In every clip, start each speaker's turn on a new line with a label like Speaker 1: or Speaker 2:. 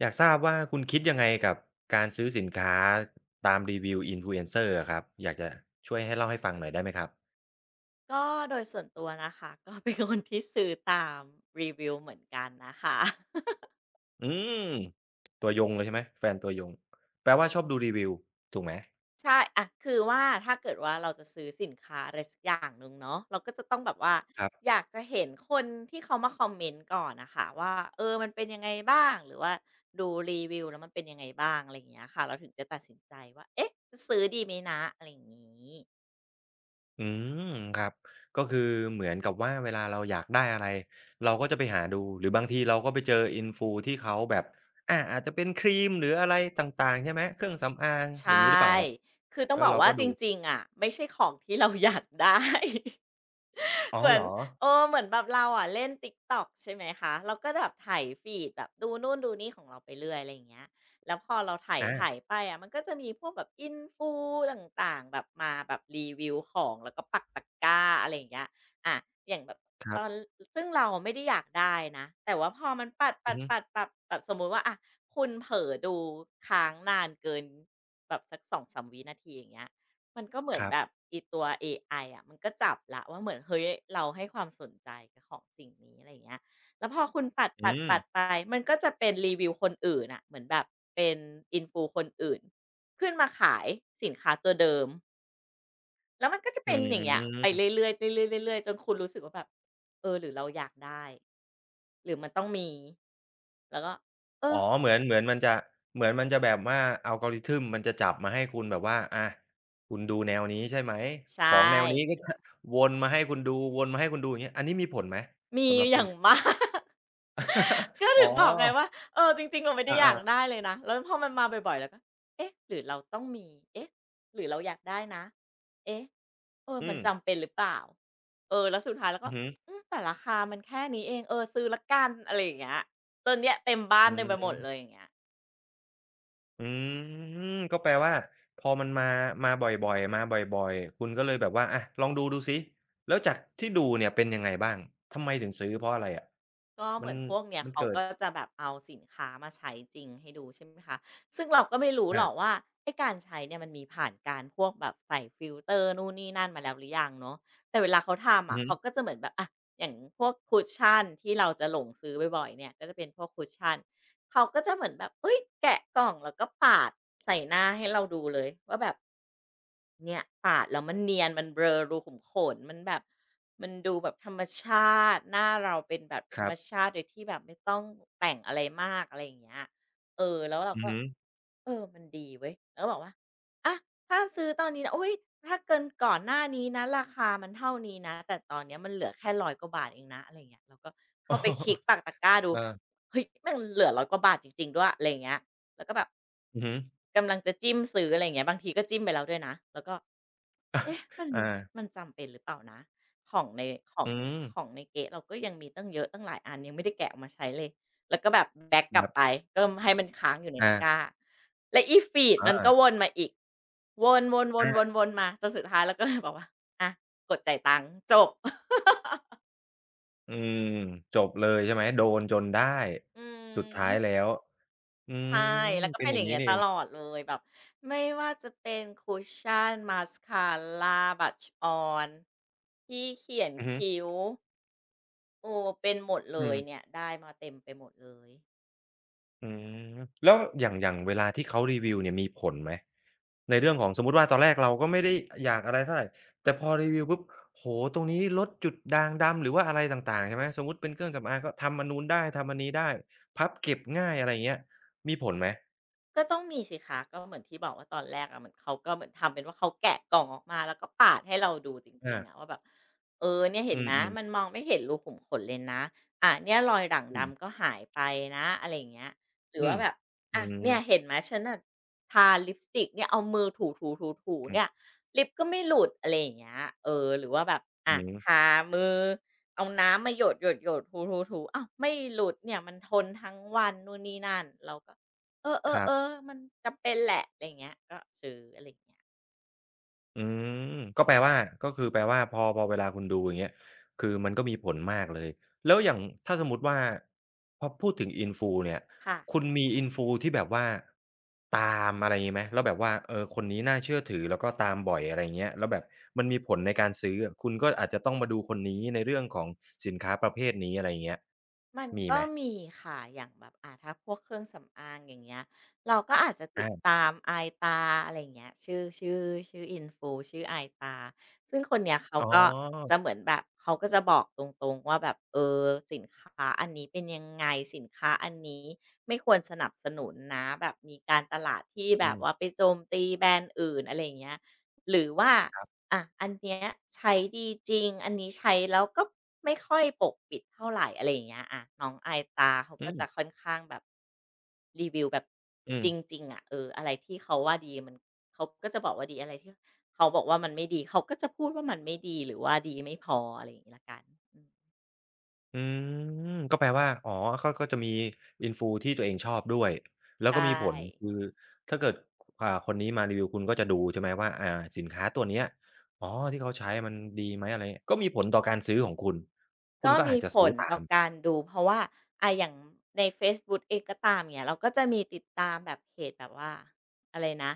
Speaker 1: อยากทราบว่าคุณคิดยังไงกับการซื้อสินค้าตามรีวิว Influencer อะครับอยากจะช่วยให้เล่าให้ฟังหน่อยได้ไหมครับ
Speaker 2: ก็โดยส่วนตัวนะคะ ก็เป็นคนที่ซื้อตามรีวิวเหมือนกันนะคะ
Speaker 1: อืมตัวยงเลยใช่ไหมแฟนตัวยงแปลว่าชอบดูรีวิวถูกไหม
Speaker 2: ใช่อะคือว่าถ้าเกิดว่าเราจะซื้อสินค้าอะไรสักอย่างหนึ่งเนาะเราก็จะต้องแบบว่า
Speaker 1: ครับ
Speaker 2: อยากจะเห็นคนที่เขามาคอมเมนต์ก่อนนะคะว่ามันเป็นยังไงบ้างหรือว่าดูรีวิวแล้วมันเป็นยังไงบ้างอะไรอย่างเงี้ยค่ะเราถึงจะตัดสินใจว่าเอ๊ะจะซื้อดีไหมนะอะไรอย่างงี้
Speaker 1: อืมครับก็คือเหมือนกับว่าเวลาเราอยากได้อะไรเราก็จะไปหาดูหรือบางทีเราก็ไปเจอ Influ ที่เขาแบบอาอาจจะเป็นครีมหรืออะไรต่างๆใช่ไหมเครื่องสำอาง
Speaker 2: ใช
Speaker 1: อย่างงี้หรือเปล่าครับ
Speaker 2: ่คือต้อ
Speaker 1: แล้
Speaker 2: ง
Speaker 1: ว
Speaker 2: บอก
Speaker 1: เรา
Speaker 2: ว่า
Speaker 1: ก็
Speaker 2: จ
Speaker 1: ดู
Speaker 2: ริงๆอะไม่ใช่ของที่เราอยากได้
Speaker 1: อ๋อ
Speaker 2: เหมือ
Speaker 1: เหร
Speaker 2: น
Speaker 1: อ
Speaker 2: เหมือนแบบเราอะเล่น TikTok ใช่ไหมคะเราก็แบบไถฟีดแบบดูนู่นดูนี่ของเราไปเรื่อยอะไรอย่างเงี้ยแล้วพอเราไถย
Speaker 1: อา
Speaker 2: ไปอะมันก็จะมีพวกแบบอินฟูต่างๆแบบมาแบบรีวิวของแล้วก็ปักตะกร้าอะไรอย่างเงี้ยอะอย่างแบบ
Speaker 1: ค
Speaker 2: ต
Speaker 1: รั
Speaker 2: อน
Speaker 1: บ
Speaker 2: ซึ่งเราไม่ได้อยากได้นะแต่ว่าพอมันปัด
Speaker 1: อื
Speaker 2: ปั
Speaker 1: อ
Speaker 2: ด
Speaker 1: ฮึ
Speaker 2: ปัดปัดแบบสมมุติว่าอะคุณเผลอดูค้างนานเกินแบบสัก2-3วินาทีอย่างเงี้ย มันก็เหมือ
Speaker 1: ค
Speaker 2: น
Speaker 1: รั
Speaker 2: แบบ
Speaker 1: บ
Speaker 2: อีตัวเอไออะมันก็จับละว่าเหมือนเฮ้ยเราให้ความสนใจกับของสิ่งนี้อะไรอย่างเงี้ยแล้วพอคุณปัด
Speaker 1: อื
Speaker 2: ปัดปัด
Speaker 1: ม
Speaker 2: ไปมันก็จะเป็นรีวิวคนอื่นน่ะเหมือนแบบเป็น influ คนอื่นขึ้นมาขายสินค้าตัวเดิมแล้วมันก็จะ
Speaker 1: อื
Speaker 2: เป็นอย่างเงี้ยไป
Speaker 1: ม
Speaker 2: เรื่อยๆเรื่อยๆเรื่อยๆจนคุณรู้สึกว่าแบบเออหรือเราอยากได้หรือมันต้องมีแล้วก็เอ
Speaker 1: อ๋อ
Speaker 2: อ
Speaker 1: เหมือนเหมือนมันจะเหมือนมันจะแบบว่า algorithm มันจะจับมาให้คุณแบบว่าอาคุณดูแนวนี้ใช่ไหม
Speaker 2: ใช่
Speaker 1: ของแนวนี้ก็จะวนมาให้คุณดูวนมาให้คุณดูอย่างเงี้ยอันนี้มีผลไหม
Speaker 2: มี
Speaker 1: สำหรับ
Speaker 2: อ
Speaker 1: คุณ
Speaker 2: ย่าง
Speaker 1: เนี่ย
Speaker 2: มาก ก็
Speaker 1: อ๋อ
Speaker 2: ถึงบอกไงว่าเออจริงๆเราไม่ได้อยาก
Speaker 1: อา
Speaker 2: ได้เลยนะแล้วพอมันมาบ่อยๆแล้วก็เอ๊ะหรือเราต้องมีเอ๊ะหรือเราอยากได้นะเอ๊ะเออ
Speaker 1: ๆอื
Speaker 2: มัน
Speaker 1: ม
Speaker 2: จำเป็นหรือเปล่าเออแล้วสุดท้ายแล้ว
Speaker 1: อื
Speaker 2: ก็
Speaker 1: อฮึ
Speaker 2: อืมแต่ราคามันแค่นี้เองเออซื้อละกันอะไรอย่างเงี้ยจนเนี้ยเต็มบ้า
Speaker 1: อื
Speaker 2: นเต็มไปหมดเลยอ
Speaker 1: ม
Speaker 2: ย่างเงี้ย
Speaker 1: อืมก็แปลว่าพอมันมามาบ่อยๆมาบ่อยๆคุณก็เลยแบบว่าอะลองดูดูซิแล้วจากที่ดูเนี่ยเป็นยังไงบ้าง ทำไมถึงซื้อเพราะอะไรอะ
Speaker 2: ก็เห
Speaker 1: มัน
Speaker 2: มือนพวกเนี้ย
Speaker 1: มัน
Speaker 2: เขา
Speaker 1: เกิด
Speaker 2: ก็จะแบบเอาสินค้ามาใช้จริงให้ดูใช่ไหมคะซึ่งเราก็ไม่รู้หรอก
Speaker 1: อา
Speaker 2: ว่าไอ้การใช้เนี่ยมันมีผ่านการพวกแบบใส่ฟิลเตอร์นู่นนี่นั่นมาแล้วหรือยังเนาะแต่เวลาเขาทำ
Speaker 1: อือ
Speaker 2: อะ
Speaker 1: ฮึ
Speaker 2: เขาก็จะเหมือนแบบอะอย่างพวกคุชชั่นที่เราจะหลงซื้อบ่อยๆเนี่ยก็จะเป็นพวกคุชชั่นเขาก็จะเหมือนแบบเอ้ยแกะกล่องแล้วก็ปาดใส่หน้าให้เราดูเลยว่าแบบ เนี่ยปาดแล้วมันเนียนมันเบลอรูขุมขนมันแบบมันดูแบบธรรมชาติหน้าเราเป็นแบบธ
Speaker 1: ค
Speaker 2: รร
Speaker 1: รั
Speaker 2: ม
Speaker 1: บ
Speaker 2: ชาติโดยที่แบบไม่ต้องแต่งอะไรมากอะไรอย่างเงี้ยเออแล้วเรา
Speaker 1: อือ
Speaker 2: ก็
Speaker 1: ฮึ
Speaker 2: เออมันดีเว้ยเราก็บอกว่าอะถ้าซื้อตอนนี้นะอุ๊ยถ้าเกินก่อนหน้านี้นะราคามันเท่านี้นะแต่ตอนเนี้ยมันเหลือแค่100กว่าบาทเองนะอะไรอย่างเงี้ยเราก็
Speaker 1: อ๋อ
Speaker 2: เข้าไปคลิกปากตะกร้าดู
Speaker 1: เออ
Speaker 2: เฮ้ยมันเหลือร้อยกว่าบาทจริงๆด้วยอะไรอย่างเงี้ยแล้วก็แบบ
Speaker 1: อือฮึ
Speaker 2: กำลังจะจิ้มซื้ออะไรอย่างเงี้ยบางทีก็จิ้มไปแล้วด้วยนะแล้วก็เอ๊ะ
Speaker 1: อา
Speaker 2: มันจำเป็นหรือเปล่านะของในขอ
Speaker 1: อื
Speaker 2: ง
Speaker 1: ม
Speaker 2: ของในเก๊ะเราก็ยังมีตั้งเยอะตั้งหลายอันยังไม่ได้แกะออกมาใช้เลยแล้วก็แบบแบ็กกลั
Speaker 1: ค
Speaker 2: บ
Speaker 1: รั
Speaker 2: ไป
Speaker 1: บ
Speaker 2: ก็ให้มันค้างอยู่ในตะกร้า
Speaker 1: อา
Speaker 2: และอีฟีดมันก็ว
Speaker 1: อา
Speaker 2: นมาอีกวน
Speaker 1: อา
Speaker 2: ๆๆๆๆมาจนสุดท้ายเราก็เลยบอกว่าอะกดจ่ายตังค์จบ
Speaker 1: อืมจบเลยใช่ไหม โดนจนได้
Speaker 2: อื
Speaker 1: สุดท้ายแล้
Speaker 2: ม
Speaker 1: วอืม
Speaker 2: ใช่ แล้วก็
Speaker 1: เป็น
Speaker 2: เป็น
Speaker 1: อ
Speaker 2: อ
Speaker 1: ย่าง
Speaker 2: ย่าง
Speaker 1: งี้
Speaker 2: เงี้ย
Speaker 1: นี่
Speaker 2: ต
Speaker 1: เอง
Speaker 2: ลอดเลยแบบไม่ว่าจะเป็นคุชชันมาสคาราบัชออนที่เขียน
Speaker 1: อือฮึ
Speaker 2: คิ้วโออเป็นหมดเล
Speaker 1: อื
Speaker 2: ยเนี่
Speaker 1: ม
Speaker 2: ยได้มาเต็มไปหมดเลย
Speaker 1: อืมแล้วอย่างอย่างเวลาที่เขารีวิวเนี่ยมีผลไหมในเรื่องของสมมุติว่าตอนแรกเราก็ไม่ได้อยากอะไรเท่าไรแต่พอรีวิวปุ๊บโอ้โฮตรงนี้ลดจุดด่างดำหรือว่าอะไรต่างๆใช่ไหมสมมุติเป็นเครื่องสำอางก็ทำอันนู้นได้ทำอันนี้ได้พับเก็บง่ายอะไรอย่างเงี้ยมีผลไหม
Speaker 2: ก็ต้องมีสิคะก็เหมือนที่บอกว่าตอนแรกอะเหมือนเขาก็เหมือนทำเป็นว่าเขาแกะกล่องออกมาแล้วก็ปาดให้เราดูจริ
Speaker 1: อา
Speaker 2: งๆอะว่าแบบเออเนี่ย
Speaker 1: อื
Speaker 2: เห็นไหมมัน
Speaker 1: ม
Speaker 2: มองไม่เห็นรูขุมขนเลยนะอ่าเนี่ยรอยด่าง
Speaker 1: ๆอืม
Speaker 2: ดำก็หายไปนะอะไรอย่างเงี้ยหรือ
Speaker 1: อื
Speaker 2: ว่า
Speaker 1: ม
Speaker 2: แบบ
Speaker 1: อื
Speaker 2: อะ
Speaker 1: ม
Speaker 2: เนี่ยเห็นไหมฉันน่ะทาลิปสติกเนี่ยเอามือถูๆๆๆเนี่ยลิปก็ไม่หลุดอะไรอย่างเงี้ยเออหรือว่าแบบ
Speaker 1: อื
Speaker 2: อะท
Speaker 1: ม
Speaker 2: ามือเอาน้ำมาหยดๆๆถูๆๆอ้าวไม่หลุดเนี่ยมันทนทั้งวันนู่นนี่นั่นเราก็ เออเอ
Speaker 1: ค
Speaker 2: อ
Speaker 1: รั
Speaker 2: เอ
Speaker 1: บ
Speaker 2: อมันจำเป็นแหละอะไรอย่างเงี้ยก็ซื้ออะไรอย่างเงี้ย
Speaker 1: อืมก็แปลว่าก็คือแปลว่าพอพอเวลาคุณดูอย่างเงี้ยคือมันก็มีผลมากเลยแล้วอย่างถ้าสมมุติว่าพอพูดถึง Influ เนี่ย
Speaker 2: ค่ะ
Speaker 1: คุณมี Influ ที่แบบว่าตามอะไรงี้ไหมแล้วแบบว่าเออคนนี้น่าเชื่อถือแล้วก็ตามบ่อยอะไรเงี้ยแล้วแบบมันมีผลในการซื้ออะคุณก็อาจจะต้องมาดูคนนี้ในเรื่องของสินค้าประเภทนี้อะไรเงี้ย
Speaker 2: มัน
Speaker 1: มีไห
Speaker 2: ก็
Speaker 1: ม
Speaker 2: มีค่ะอย่างแบบอ่าถ้าพวกเครื่องสำอางอย่างเงี้ยเราก็อาจจะติด
Speaker 1: อา
Speaker 2: ตามอายตาอะไรอย่างเงี้ยชื่อชื่อ Influ ชื่ออายตาซึ่งคนเนี้ยเขา
Speaker 1: อ๋
Speaker 2: ก็จะ
Speaker 1: อ
Speaker 2: เหมือนแบบเขาก็จะบอกตรงๆว่าแบบสินค้าอันนี้เป็นยังไง สินค้าอันนี้ไม่ควรสนับสนุนนะแบบมีการตลาดที่แบ
Speaker 1: อื
Speaker 2: บ
Speaker 1: ม
Speaker 2: ว่าไปโจมตีแบรนด์อื่นอะไรอย่างเงี้ยหรือว่า
Speaker 1: ครับ
Speaker 2: อ่ะ อันเนี้ยใช้ดีจริงอันนี้ใช้แล้วก็ไม่ค่อยปกปิดเท่าไรอะไรอย่างเงี้ยอะน้องอายตาเขา
Speaker 1: อื
Speaker 2: ก็
Speaker 1: ม
Speaker 2: จะค่อนข้างแบบรีวิวแบบ
Speaker 1: อื
Speaker 2: จ
Speaker 1: ม
Speaker 2: ริงๆอะอะไรที่เขาว่าดีมันเขาก็จะบอกว่าดีอะไรที่เขาบอกว่ามันไม่ดีเขาก็จะพูดว่ามันไม่ดีหรือว่าดีไม่พออะไรอย่างงี้แล้วกันอืม
Speaker 1: อืมก็แปลว่าอ๋อก็ก็จะมี influ ที่ตัวเองชอบด้วยแล้ว
Speaker 2: ใช่
Speaker 1: ก็มีผลคือถ้าเกิดอ่าคนนี้มารีวิวคุณก็จะดูใช่ไหมว่าอ่าสินค้าตัวเนี้ยอ๋อที่เขาใช้มันดีไหมอะไรเงี้ยก็มีผลต่อการซื้อของคุณคุ
Speaker 2: ก็
Speaker 1: ณก็อา
Speaker 2: มี
Speaker 1: จจะ
Speaker 2: ผ
Speaker 1: ซื้อ
Speaker 2: ล
Speaker 1: ตา
Speaker 2: ต่อ
Speaker 1: ม
Speaker 2: การดูเพราะว่าอย่างในเฟซบุ๊กเองก็ตามอย่างเงี้ยเราก็จะมีติดตามแบบเพจแบบว่าอะไรนะ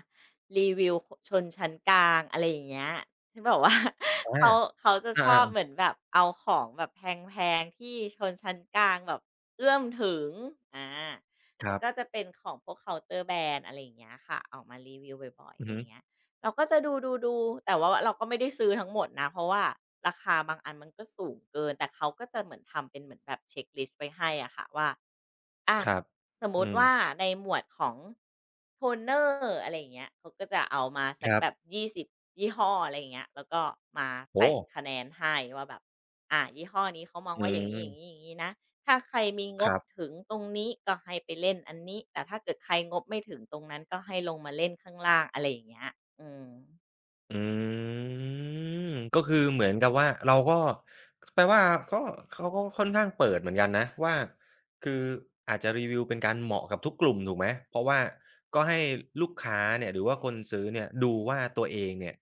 Speaker 2: รีวิวคชนชั้นกลางอะไรอย่างเงี้ยที่แบบว่า
Speaker 1: อา
Speaker 2: เขาเขาจะชอบเหมื
Speaker 1: อา
Speaker 2: อนแบบเอาของแบบแพงๆที่ชนชั้นกลางแบบเอื้อมถึงอา
Speaker 1: ๆค
Speaker 2: แล้
Speaker 1: รั
Speaker 2: ว
Speaker 1: บ
Speaker 2: ก็จะเป็นของพวกเคาน์เตอร์แบรนด์อะไรอย่างเงี้ยค่ะออกมารีวิวบ่อยๆ
Speaker 1: อื
Speaker 2: อะ
Speaker 1: อ
Speaker 2: ไรอ
Speaker 1: ฮึ
Speaker 2: ย่างเงี้ย เราก็จะดูดูดู แต่ว่าเราก็ไม่ได้ซื้อทั้งหมดนะ เพราะว่าราคาบางอันมันก็สูงเกิน แต่เขาก็จะเหมือนทำเป็นเหมือนแบบเช็คลิสต์ไปให้อ่ะค่ะว่า อะ
Speaker 1: ครับ
Speaker 2: สมม
Speaker 1: อื
Speaker 2: ติ
Speaker 1: ม
Speaker 2: ว่าในหมวดของโทนเนอร์อะไรอย่างเงี้ยเขาก็จะเอามาสั
Speaker 1: ค
Speaker 2: ก
Speaker 1: รับ
Speaker 2: แบบ20ยี่ห้ออะไรอย่างเงี้ยแล้วก็มา
Speaker 1: โอ้
Speaker 2: ใส่
Speaker 1: โฮ
Speaker 2: คะแนนให้ว่าแบบยี่ห้อนี้เขามอง
Speaker 1: อื
Speaker 2: ว่าอย่างนี้อย่างนี้
Speaker 1: ม
Speaker 2: อย่างนนะถ้าใครมีง
Speaker 1: ค
Speaker 2: บ
Speaker 1: รับ
Speaker 2: ถึงตรงนี้ก็ให้ไปเล่นอันนี้แต่ถ้าเกิดใครงบไม่ถึงตรงนั้นก็ให้ลงมาเล่นข้างล่างอะไรอย่างเงี้ยอืม
Speaker 1: อืมก็คือเหมือนกับว่าเราก็แปลว่าก็เขาก็ค่อนข้างเปิดเหมือนกันนะว่าคืออาจจะรีวิวเป็นการเหมาะกับทุกกลุ่มถูกไหมเพราะว่าก็ให้ลูกค้าเนี่ยหรือว่าคนซื้อเนี่ยดูว่าตัวเองเนี่ย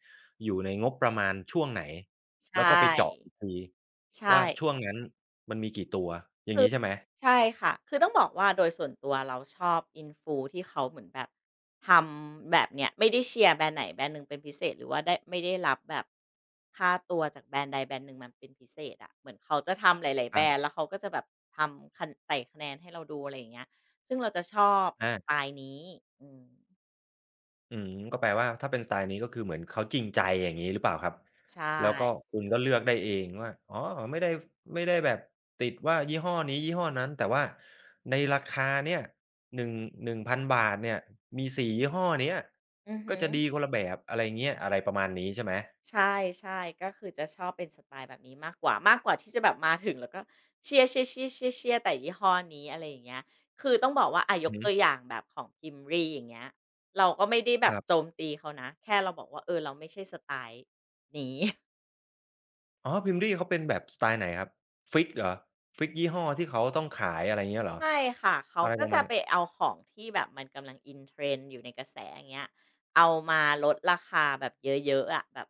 Speaker 1: อยู่ในงบประมาณช่วงไหน
Speaker 2: ใช
Speaker 1: แล้วก็ไปเจาะ
Speaker 2: ่
Speaker 1: อีกที
Speaker 2: ใช่
Speaker 1: ว่าช่วงนั้นมันมีกี่ตัวอย่างนี้ใช่ไหม
Speaker 2: ใช่ค่ะคือต้องบอกว่าโดยส่วนตัวเราชอบอินฟูที่เขาเหมือนแบบทำแบบเนี้ยไม่ได้เชียร์แบรนด์ไหนแบรนด์หนึ่งเป็นพิเศษหรือว่าได้ไม่ได้รับแบบค่าตัวจากแบรนด์ใดแบรนด์หนึ่งมันเป็นพิเศษอะเหมือนเขาจะทำหลายๆ
Speaker 1: ค
Speaker 2: แบร
Speaker 1: รั
Speaker 2: รนด์
Speaker 1: บ
Speaker 2: แล้วเขาก็จะแบบทำคะต่คะแนนให้เราดูอะไรอย่างเงี้ยซึ่งเราจะชอบส
Speaker 1: อา
Speaker 2: ไตล์นี้อืม
Speaker 1: อืมก็แปลว่าถ้าเป็นสไตล์นี้ก็คือเหมือนเขาจริงใจอย่างงี้หรือเปล่าครับ
Speaker 2: ใช่
Speaker 1: แล้วก็คุณก็เลือกได้เองว่าอ๋อไม่ได้ไม่ได้แบบติดว่ายี่ห้อนี้ยี่ห้อนั้นแต่ว่าในราคาเนี่ย 1,000 บาทเนี่ยมีสี่ยี่ห้อเนี้ย
Speaker 2: อือ
Speaker 1: ก็
Speaker 2: ฮึ
Speaker 1: จะดีคนละแบบอะไรเงี้ยอะไรประมาณนี้ใช่ไหม
Speaker 2: ใช่ใช่ก็คือจะชอบเป็นสไตล์แบบนี้มากกว่ามากกว่าที่จะแบบมาถึงแล้วก็เชียร์เชียร์เชียร์เชียร์เชียร์แต่ยี่ห้อนี้อะไรอย่างเงี้ยคือต้องบอกว่าอาย
Speaker 1: อือ
Speaker 2: ก
Speaker 1: ฮึ
Speaker 2: ตัวอย่างแบบของ p ิ i m r อย่างเงี้ยเราก็ไม่ได้แบ
Speaker 1: ค
Speaker 2: บ
Speaker 1: รั
Speaker 2: โจ
Speaker 1: บ
Speaker 2: มตีเขานะแค่เราบอกว่าเราไม่ใช่สไตล์นี้
Speaker 1: อ๋อ Plmdy เขาเป็นแบบสไตล์ไหนครับฟิกซ์เหรอฟิกซ์ยี่ห้อที่เขาต้องขายอะไรเงี้ยเหรอ
Speaker 2: ไม่ค่ะเขา
Speaker 1: อะไร
Speaker 2: ก็
Speaker 1: ประมา
Speaker 2: จะ
Speaker 1: ณ
Speaker 2: ไปเอาของที่แบบมันกำลัง in trend อยู่ในกระแสอย่างเงี้ยเอามาลดราคาแบบเยอะๆอะแบบ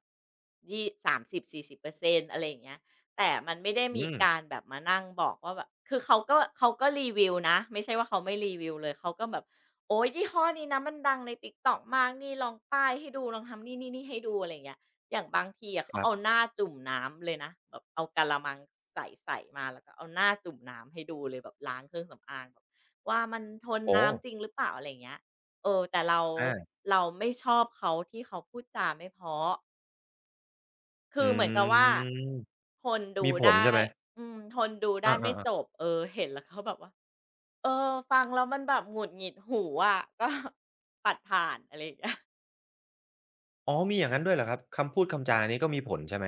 Speaker 2: ยี่30-40%อร์เซ็นอะไรอย่างเงี้ยแต่มันไม่ได้
Speaker 1: อื
Speaker 2: มี
Speaker 1: ม
Speaker 2: การแบบมานั่งบอกว่าแบบคือเขาก็รีวิวนะไม่ใช่ว่าเขาไม่รีวิวเลยเขาก็แบบโอ้ยยี่ห้อนี้นะมันดังใน t i ต็อกมากนี่ลองป้ายให้ดูลองทำนี่นี่นี่ให้ดูอะไรอย่างเงี้ย อย่างบางทีอะ
Speaker 1: ค
Speaker 2: เขา
Speaker 1: รั
Speaker 2: เอาห
Speaker 1: บ
Speaker 2: น้าจุ่มน้ำเลยนะแบบเอากะละมังใสๆมาแล้วก็เอาหน้าจุ่มน้ำให้ดูเลยแบบล้างเครื่องสำอางแบบว่ามันทน
Speaker 1: โอ้โฮ
Speaker 2: น้ำจริงหรือเปล่าอะไรอย่างเงี้ยแต่เรา
Speaker 1: อา
Speaker 2: เราไม่ชอบเขาที่เขาพูดจาไม่เพราะคื
Speaker 1: อื
Speaker 2: อเหมือนกับว่า
Speaker 1: ม
Speaker 2: ทนดู
Speaker 1: มีผล
Speaker 2: ได้
Speaker 1: ใช่ไหม
Speaker 2: อืมทนดูได้
Speaker 1: อา
Speaker 2: ไม่จ
Speaker 1: ๆๆ
Speaker 2: บเห็นแล้วก็แบบว่าฟังแล้วมันแบบหงุดหงิดหูอะก็ ปัดผ่านอะไรอย่างเงี้ย
Speaker 1: อ๋อมีอย่างงั้นด้วยเหรอครับ คำพูดคำจานี้ก็มีผลใช่ไหม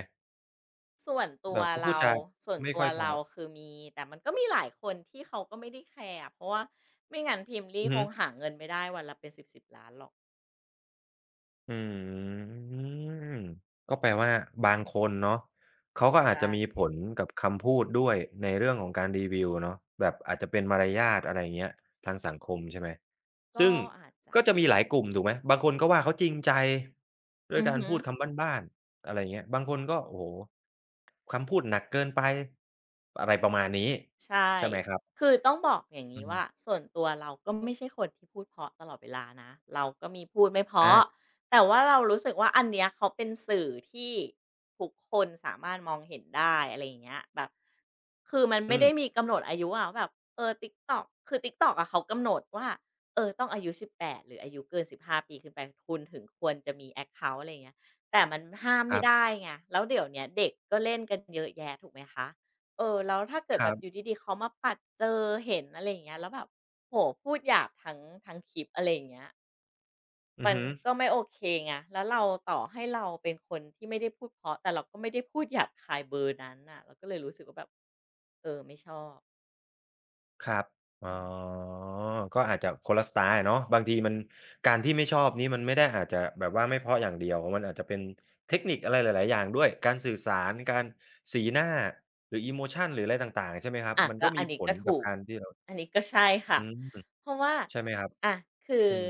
Speaker 2: ส่วนตั
Speaker 1: แบ
Speaker 2: ว
Speaker 1: บเขาพูด
Speaker 2: เรา
Speaker 1: จา
Speaker 2: ส่วน
Speaker 1: ไม่
Speaker 2: ตัว
Speaker 1: ค่อยเพ
Speaker 2: เรา
Speaker 1: ราะ
Speaker 2: คือมีแต่มันก็มีหลายคนที่เขาก็ไม่ได้แคร์อะเพราะว่าไม่งั้นพิม
Speaker 1: อื
Speaker 2: ลี่
Speaker 1: อ
Speaker 2: ค
Speaker 1: ฮึ
Speaker 2: งหาเงินไม่ได้วันละเป็นสิบล้านหรอก
Speaker 1: อืมก็แปลว่าบางคนเนาะเขาก็อาจจะมี
Speaker 2: ใช่
Speaker 1: ผลกับคำพูดด้วยในเรื่องของการรีวิวเนาะแบบอาจจะเป็นมารยาทอะไรเงี้ยทางสังคมใช่ไหม
Speaker 2: ก็
Speaker 1: ซึ่ง
Speaker 2: อาจจะ
Speaker 1: ก็จะมีหลายกลุ่มถูกไหมบางคนก็ว่าเขาจริงใจด้วย
Speaker 2: อือ
Speaker 1: การ
Speaker 2: ฮึ
Speaker 1: พูดคำบ้านๆอะไราเงี้ยบางคนก็โอ้โฮคำพูดหนักเกินไปอะไรประมาณนี้
Speaker 2: ใช่
Speaker 1: ใช่ไหมครับ
Speaker 2: คือต้องบอกอย่าง
Speaker 1: อื
Speaker 2: นี้
Speaker 1: ม
Speaker 2: ว่าส่วนตัวเราก็ไม่ใช่คนที่พูดเพราะตลอดเวลานะเราก็มีพูดไม่เพราะ
Speaker 1: อา
Speaker 2: แต่ว่าเรารู้สึกว่าอันเนี้ยเขาเป็นสื่อที่ทุกคนสามารถมองเห็นได้อะไรอย่างเงี้ยแบบคือมันไม่
Speaker 1: อื
Speaker 2: ได้
Speaker 1: ม
Speaker 2: มีกำหนดอายุอะว่าแบบt ิ k t อกคือ TikTok อกอะเขากำหนดว่า ต้องอายุ18หรืออายุเกิน15ปีขึ้นไปคุณถึงควรจะมีแอคเคาน์อะไรอย่างเงี้ยแต่มันห้าม
Speaker 1: ค
Speaker 2: ไม่
Speaker 1: รับ
Speaker 2: ได้ไงแล้วเดี๋ยวเนี้ยเด็กก็เล่นกันเยอะแยะถูกไหมคะ เออแล้วถ้าเกิด
Speaker 1: ค
Speaker 2: แบ
Speaker 1: รั
Speaker 2: บอยู่
Speaker 1: บ
Speaker 2: ดีๆเขามาปัดเจอเห็นอะไรอย่างเงี้ยแล้วแบบโอ้โฮพูดหยาบทั้งคลิปอะไรอย่างเงี้ย
Speaker 1: อือ
Speaker 2: มัน
Speaker 1: ฮึ
Speaker 2: ก็ไม่โอเคไงแล้วเราต่อให้เราเป็นคนที่ไม่ได้พูดเพราะแต่เราก็ไม่ได้พูดหยาบคายเบอร์นั้นน่ะเราก็เลยรู้สึกว่าแบบเออไม่ชอบ
Speaker 1: ครับอ๋อ
Speaker 2: อืม
Speaker 1: ก็อาจจะคนละสไตล์อะเนาะบางทีมันการที่ไม่ชอบนี้มันไม่ได้อาจจะแบบว่าไม่เพราะอย่างเดียว มันอาจจะเป็นเทคนิคอะไรหลายๆอย่างด้วยการสื่อสารการสีหน้าหรือ emotion หรืออะไรต่างๆใช่ไหมครับ
Speaker 2: อะ
Speaker 1: มัน
Speaker 2: ก็
Speaker 1: ก็
Speaker 2: อั
Speaker 1: มี
Speaker 2: น
Speaker 1: ผ
Speaker 2: นี้ก็
Speaker 1: ลกับ
Speaker 2: ถูก
Speaker 1: การที่เรา
Speaker 2: อันนี้ก็ใช่ค่ะ
Speaker 1: อืม
Speaker 2: เพราะว่า
Speaker 1: ใช่ไหมครับ
Speaker 2: อะคือ
Speaker 1: อืม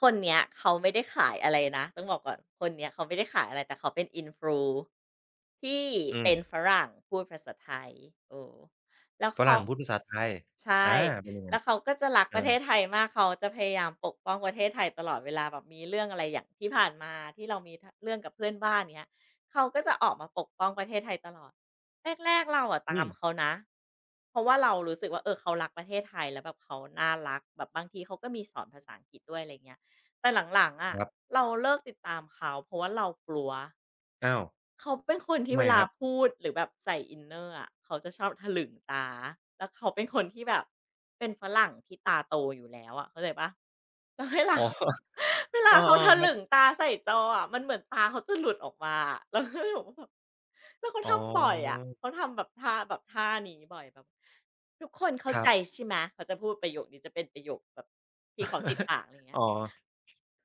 Speaker 2: คนเนี้ยเขาไม่ได้ขายอะไรนะต้องบอกก่อนคนเนี้ยเขาไม่ได้ขายอะไรแต่เขาเป็น Influ ที่
Speaker 1: อื
Speaker 2: เป็น
Speaker 1: ม
Speaker 2: ฝรั่งพูดภาษาไทยเออแล้ว
Speaker 1: ฝ
Speaker 2: เขา
Speaker 1: รั่งพูดภาษาไทย
Speaker 2: ใช่
Speaker 1: อาเป็นยังไง
Speaker 2: แล้วเขาก็จะรัก
Speaker 1: เอ
Speaker 2: ป
Speaker 1: อ
Speaker 2: ระเทศไทยมากเขาจะพยายามปกป้องประเทศไทยตลอดเวลาแบบมีเรื่องอะไรอย่างที่ผ่านมาที่เรามีทเรื่องกับเพื่อนบ้านเงี้ยเขาก็จะออกมาปกป้องประเทศไทยตลอด แรกๆเราอะ
Speaker 1: อื
Speaker 2: ตาม
Speaker 1: ม
Speaker 2: เขานะเพราะว่าเรารู้สึกว่าเออเขารักประเทศไทยแล้วแบบเขาน่ารักแบบบางทีเขาก็มีสอนภาษาอังกฤษด้วยอะไรเงี้ยแต่หลังๆ
Speaker 1: ค
Speaker 2: อะ
Speaker 1: รับ
Speaker 2: เราเลิกติดตามเขาเพราะว่าเรากลัว
Speaker 1: อ้าว
Speaker 2: เขาเป็นคน
Speaker 1: ทำ
Speaker 2: ที่
Speaker 1: ไม
Speaker 2: เว
Speaker 1: ค
Speaker 2: ลา
Speaker 1: รับ
Speaker 2: พูดหรือแบบใส่ inner อะเขาจะชอบถลึงตาแล้วเขาเป็นคนที่แบบเป็นฝรั่งที่ตาโตอยู่แล้วอะเข้าใจเปล่า แล้วเวลา
Speaker 1: อ๋อ
Speaker 2: เว
Speaker 1: เอ
Speaker 2: ลา
Speaker 1: อ
Speaker 2: เขาทะ
Speaker 1: ๆครั
Speaker 2: ลึง
Speaker 1: บ
Speaker 2: ตาใส่จออะมันเหมือนตาเขาจะหลุดออกมาอะเราก็แบบว่าแบบแล้วเขา
Speaker 1: อ๋อ
Speaker 2: ทำบ่อยอะเขาทำแบบท่าแบบท่านี้บ่อยแบบทุกคนเข้า
Speaker 1: ครั
Speaker 2: ใจ
Speaker 1: บ
Speaker 2: ใช่ไหมเขาจะพูดประโยคนี้จะเป็นประโยคแบบที่เขาติด ปากอะไรเงี้
Speaker 1: อ๋อ
Speaker 2: ย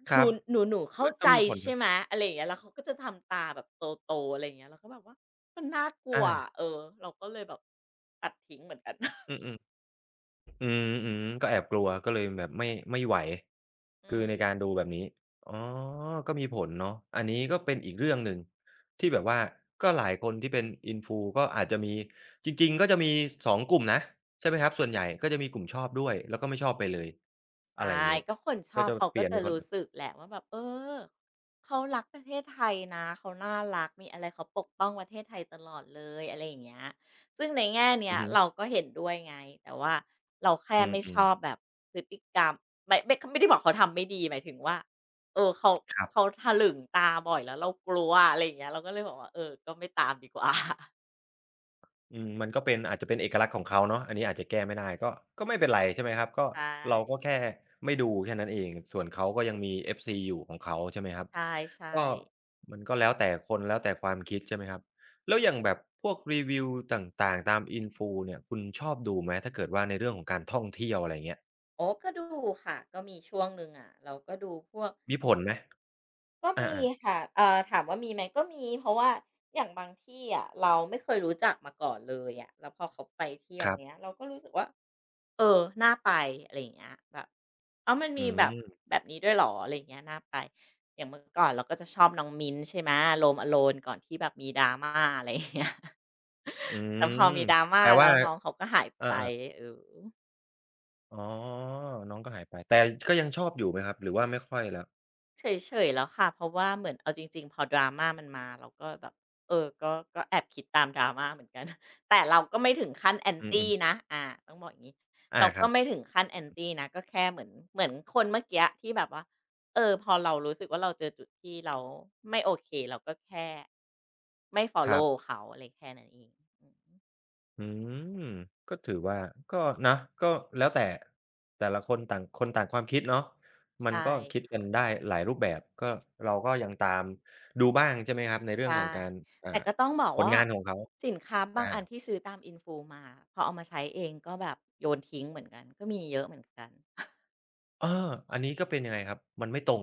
Speaker 1: ค
Speaker 2: ห
Speaker 1: รั
Speaker 2: นู
Speaker 1: บ
Speaker 2: หนูเข้า
Speaker 1: ก็ก็
Speaker 2: ใจ
Speaker 1: มีผล
Speaker 2: ใช่ไหมอะไรอย่างเงี้ยแล้วเขาก็จะทำตาแบบโตๆอะไรอย่างเงี้ยเราก็แบบว่ามันน่ากลัว
Speaker 1: อา
Speaker 2: เออเราก็เลยแบบตัดทิ้งเหมือนกัน
Speaker 1: อือๆ อืมอืมก็แอบกลัวก็เลยแบบไม่ไม่ไหว
Speaker 2: อื
Speaker 1: คือในการ
Speaker 2: ม
Speaker 1: ดูแบบนี้อ๋อก็มีผลเนาะอันนี้ก็เป็นอีกเรื่องหนึ่งที่แบบว่าก็หลายคนที่เป็น Influ ก็อาจจะมีจริงๆก็จะมีสองกลุ่มนะใช่ไหมครับส่วนใหญ่ก็จะมีกลุ่มชอบด้วยแล้วก็ไม่ชอบไปเลยอะ
Speaker 2: ใช่
Speaker 1: ไรอย่างงี้
Speaker 2: ก็คนช
Speaker 1: ก็
Speaker 2: อบ
Speaker 1: จะ
Speaker 2: เขา
Speaker 1: เป
Speaker 2: ก็
Speaker 1: ลี่ยน
Speaker 2: จะ
Speaker 1: เป็นคน
Speaker 2: รู้สึกแหละว่าแบบเออเขารักประเทศไทยนะเขาน่ารักมีอะไรเขาปกป้องประเทศไทยตลอดเลยอะไรอย่างเงี้ยซึ่งในแง่เนี้
Speaker 1: อื
Speaker 2: ย
Speaker 1: อฮึ
Speaker 2: เราก็เห็นด้วยไงแต่ว่าเราแค่
Speaker 1: อื
Speaker 2: ไม่ชอบ
Speaker 1: ม
Speaker 2: แบบพฤติกรรมไม่ได้บอกเขาทำไม่ดีหมายถึงว่าเออเขา
Speaker 1: ๆครับ
Speaker 2: เขาถลึงตาบ่อยแล้วเรากลัวอะไรอย่างเงี้ยเราก็เลยบอกว่าเออก็ไม่ตามดีกว่า
Speaker 1: อืมมันก็เป็นอาจจะเป็นเอกลักษณ์ของเขาเนาะอันนี้อาจจะแก้ไม่ได้ก็ก็ไม่เป็นไรใช่ไหมครับก็
Speaker 2: ใช
Speaker 1: เราก็
Speaker 2: ่
Speaker 1: แค่ไม่ดูแค่นั้นเองส่วนเขาก็ยังมี FC อยู่ของเขาใช่ไหมครับ
Speaker 2: ใช่
Speaker 1: ก็
Speaker 2: ๆ
Speaker 1: มันก็แล้วแต่คนแล้วแต่ความคิดใช่ไหมครับแล้วอย่างแบบพวกรีวิวต่างๆตาม Influ เนี่ยคุณชอบดูไหมถ้าเกิดว่าในเรื่องของการท่องเที่ยวอะไรอย่างเงี้ย
Speaker 2: โอ้ก็ดูค่ะก็มีช่วงหนึ่งอะเราก็ดูพวก
Speaker 1: มีผลไหม
Speaker 2: ก็
Speaker 1: อา
Speaker 2: มี
Speaker 1: ๆ
Speaker 2: ค่ะถามว่ามีไหมก็มีเพราะว่าอย่างบางที่อะเราไม่เคยรู้จักมาก่อนเลยอะแล้วพอเขาไปเที่ยว
Speaker 1: ครั
Speaker 2: เงี้
Speaker 1: บ
Speaker 2: ยเราก็รู้สึกว่าเออน่าไปอะไรอย่างเงี้ยแบบอ้าวมัน
Speaker 1: อื
Speaker 2: มีแบบแบ
Speaker 1: ม
Speaker 2: บนี้ด้วยเหรออะไรอย่างเงี้ยน่าไปอย่างเมื่อก่อนเราก็จะชอบน้องมิ้นท์ใช่ไหม Home Alone ก่อนที่แบบมี drama อะไรอย่างเงี้ย
Speaker 1: อื
Speaker 2: แต่พอ
Speaker 1: ม
Speaker 2: มี drama
Speaker 1: แปล
Speaker 2: แล้
Speaker 1: ว่า
Speaker 2: วน้องเขาก็หาย
Speaker 1: อา
Speaker 2: ไป
Speaker 1: ๆ
Speaker 2: เออ
Speaker 1: อ๋อน้องก็หายไปแต่ก็ยังชอบอยู่ไหมครับหรือว่าไม่ค่อยแล้ว
Speaker 2: เฉยๆแล้วค่ะเพราะว่าเหมือนเอาจริงๆพอ drama มันมาเราก็แบบเออก็แอบคิดตาม drama เหมือนกัน แต่เราก็ไม่ถึงขั้น
Speaker 1: อื
Speaker 2: anti
Speaker 1: ม
Speaker 2: นะ
Speaker 1: ๆ
Speaker 2: อาต้องบอกอย่างนี้
Speaker 1: อา
Speaker 2: เรา
Speaker 1: ค
Speaker 2: ก็
Speaker 1: รับ
Speaker 2: ไม่ถึงขั้น anti นะก็แค่เหมือนคนเมื่อกี้ที่แบบว่าเออพอเรารู้สึกว่าเราเจอจุดที่เราไม่โอเคเราก็แค่ไม่ฟอล
Speaker 1: ค
Speaker 2: โล
Speaker 1: รั
Speaker 2: ว
Speaker 1: บ
Speaker 2: เขาอะไรแค่นั้นเองอืม
Speaker 1: อืมก็ถือว่าก็นะก็แล้วแต่แต่ละคนต่างคนต่างความคิดเนาะมัน
Speaker 2: ใช่
Speaker 1: ก็คิดกัน
Speaker 2: ค่ะ
Speaker 1: ได้หลายรูปแบบก็เราก็ยังตามดูบ้างใช่ไหมครับในเรื่องขอ
Speaker 2: ใช่
Speaker 1: งการอ่า
Speaker 2: แต่ก็ต้องบอก
Speaker 1: ผล
Speaker 2: ว่า
Speaker 1: งานของเขา
Speaker 2: สินค้า
Speaker 1: อา
Speaker 2: บางอันที่ซื้อตาม Influ มาพอเอามาใช้เองก็แบบโยนทิ้งเหมือนกันก็มีเยอะเหมือนกัน
Speaker 1: เอออันนี้ก็เป็นยังไงครับ มันไม่ตรง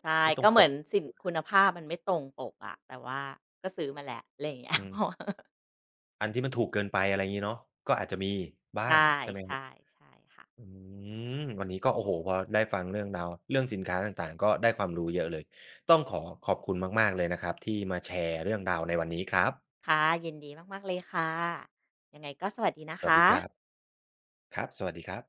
Speaker 2: ใช่
Speaker 1: ไม่ตร
Speaker 2: ก็
Speaker 1: ง
Speaker 2: เห
Speaker 1: ป
Speaker 2: มือ
Speaker 1: ก
Speaker 2: นสินคุณภาพมันไม่ตรงปกอะแต่ว่าก็ซื้อมาแหละอะไรอย่างเงี้ย
Speaker 1: อื
Speaker 2: เพราะ
Speaker 1: ม
Speaker 2: ว่า
Speaker 1: อันที่มันถูกเกินไปอะไรงี้เนาะก็อาจจะมีบ้าง
Speaker 2: ใช่
Speaker 1: ใช่ไหม
Speaker 2: ใช่ใช่ค่ะ
Speaker 1: อืมวันนี้ก็โอ้โฮพอได้ฟังเรื่องราวเรื่องสินค้าต่างๆก็ได้ความรู้เยอะเลยต้องขอขอบคุณมากๆเลยนะครับที่มาแชร์เรื่องราวในวันนี้ครับ
Speaker 2: ค่ะยินดีมากๆเลยค่ะยังไงก็สวัสดีนะ
Speaker 1: ส
Speaker 2: ค
Speaker 1: วัสดีครับ
Speaker 2: ะ
Speaker 1: ครับสวัสดีครับ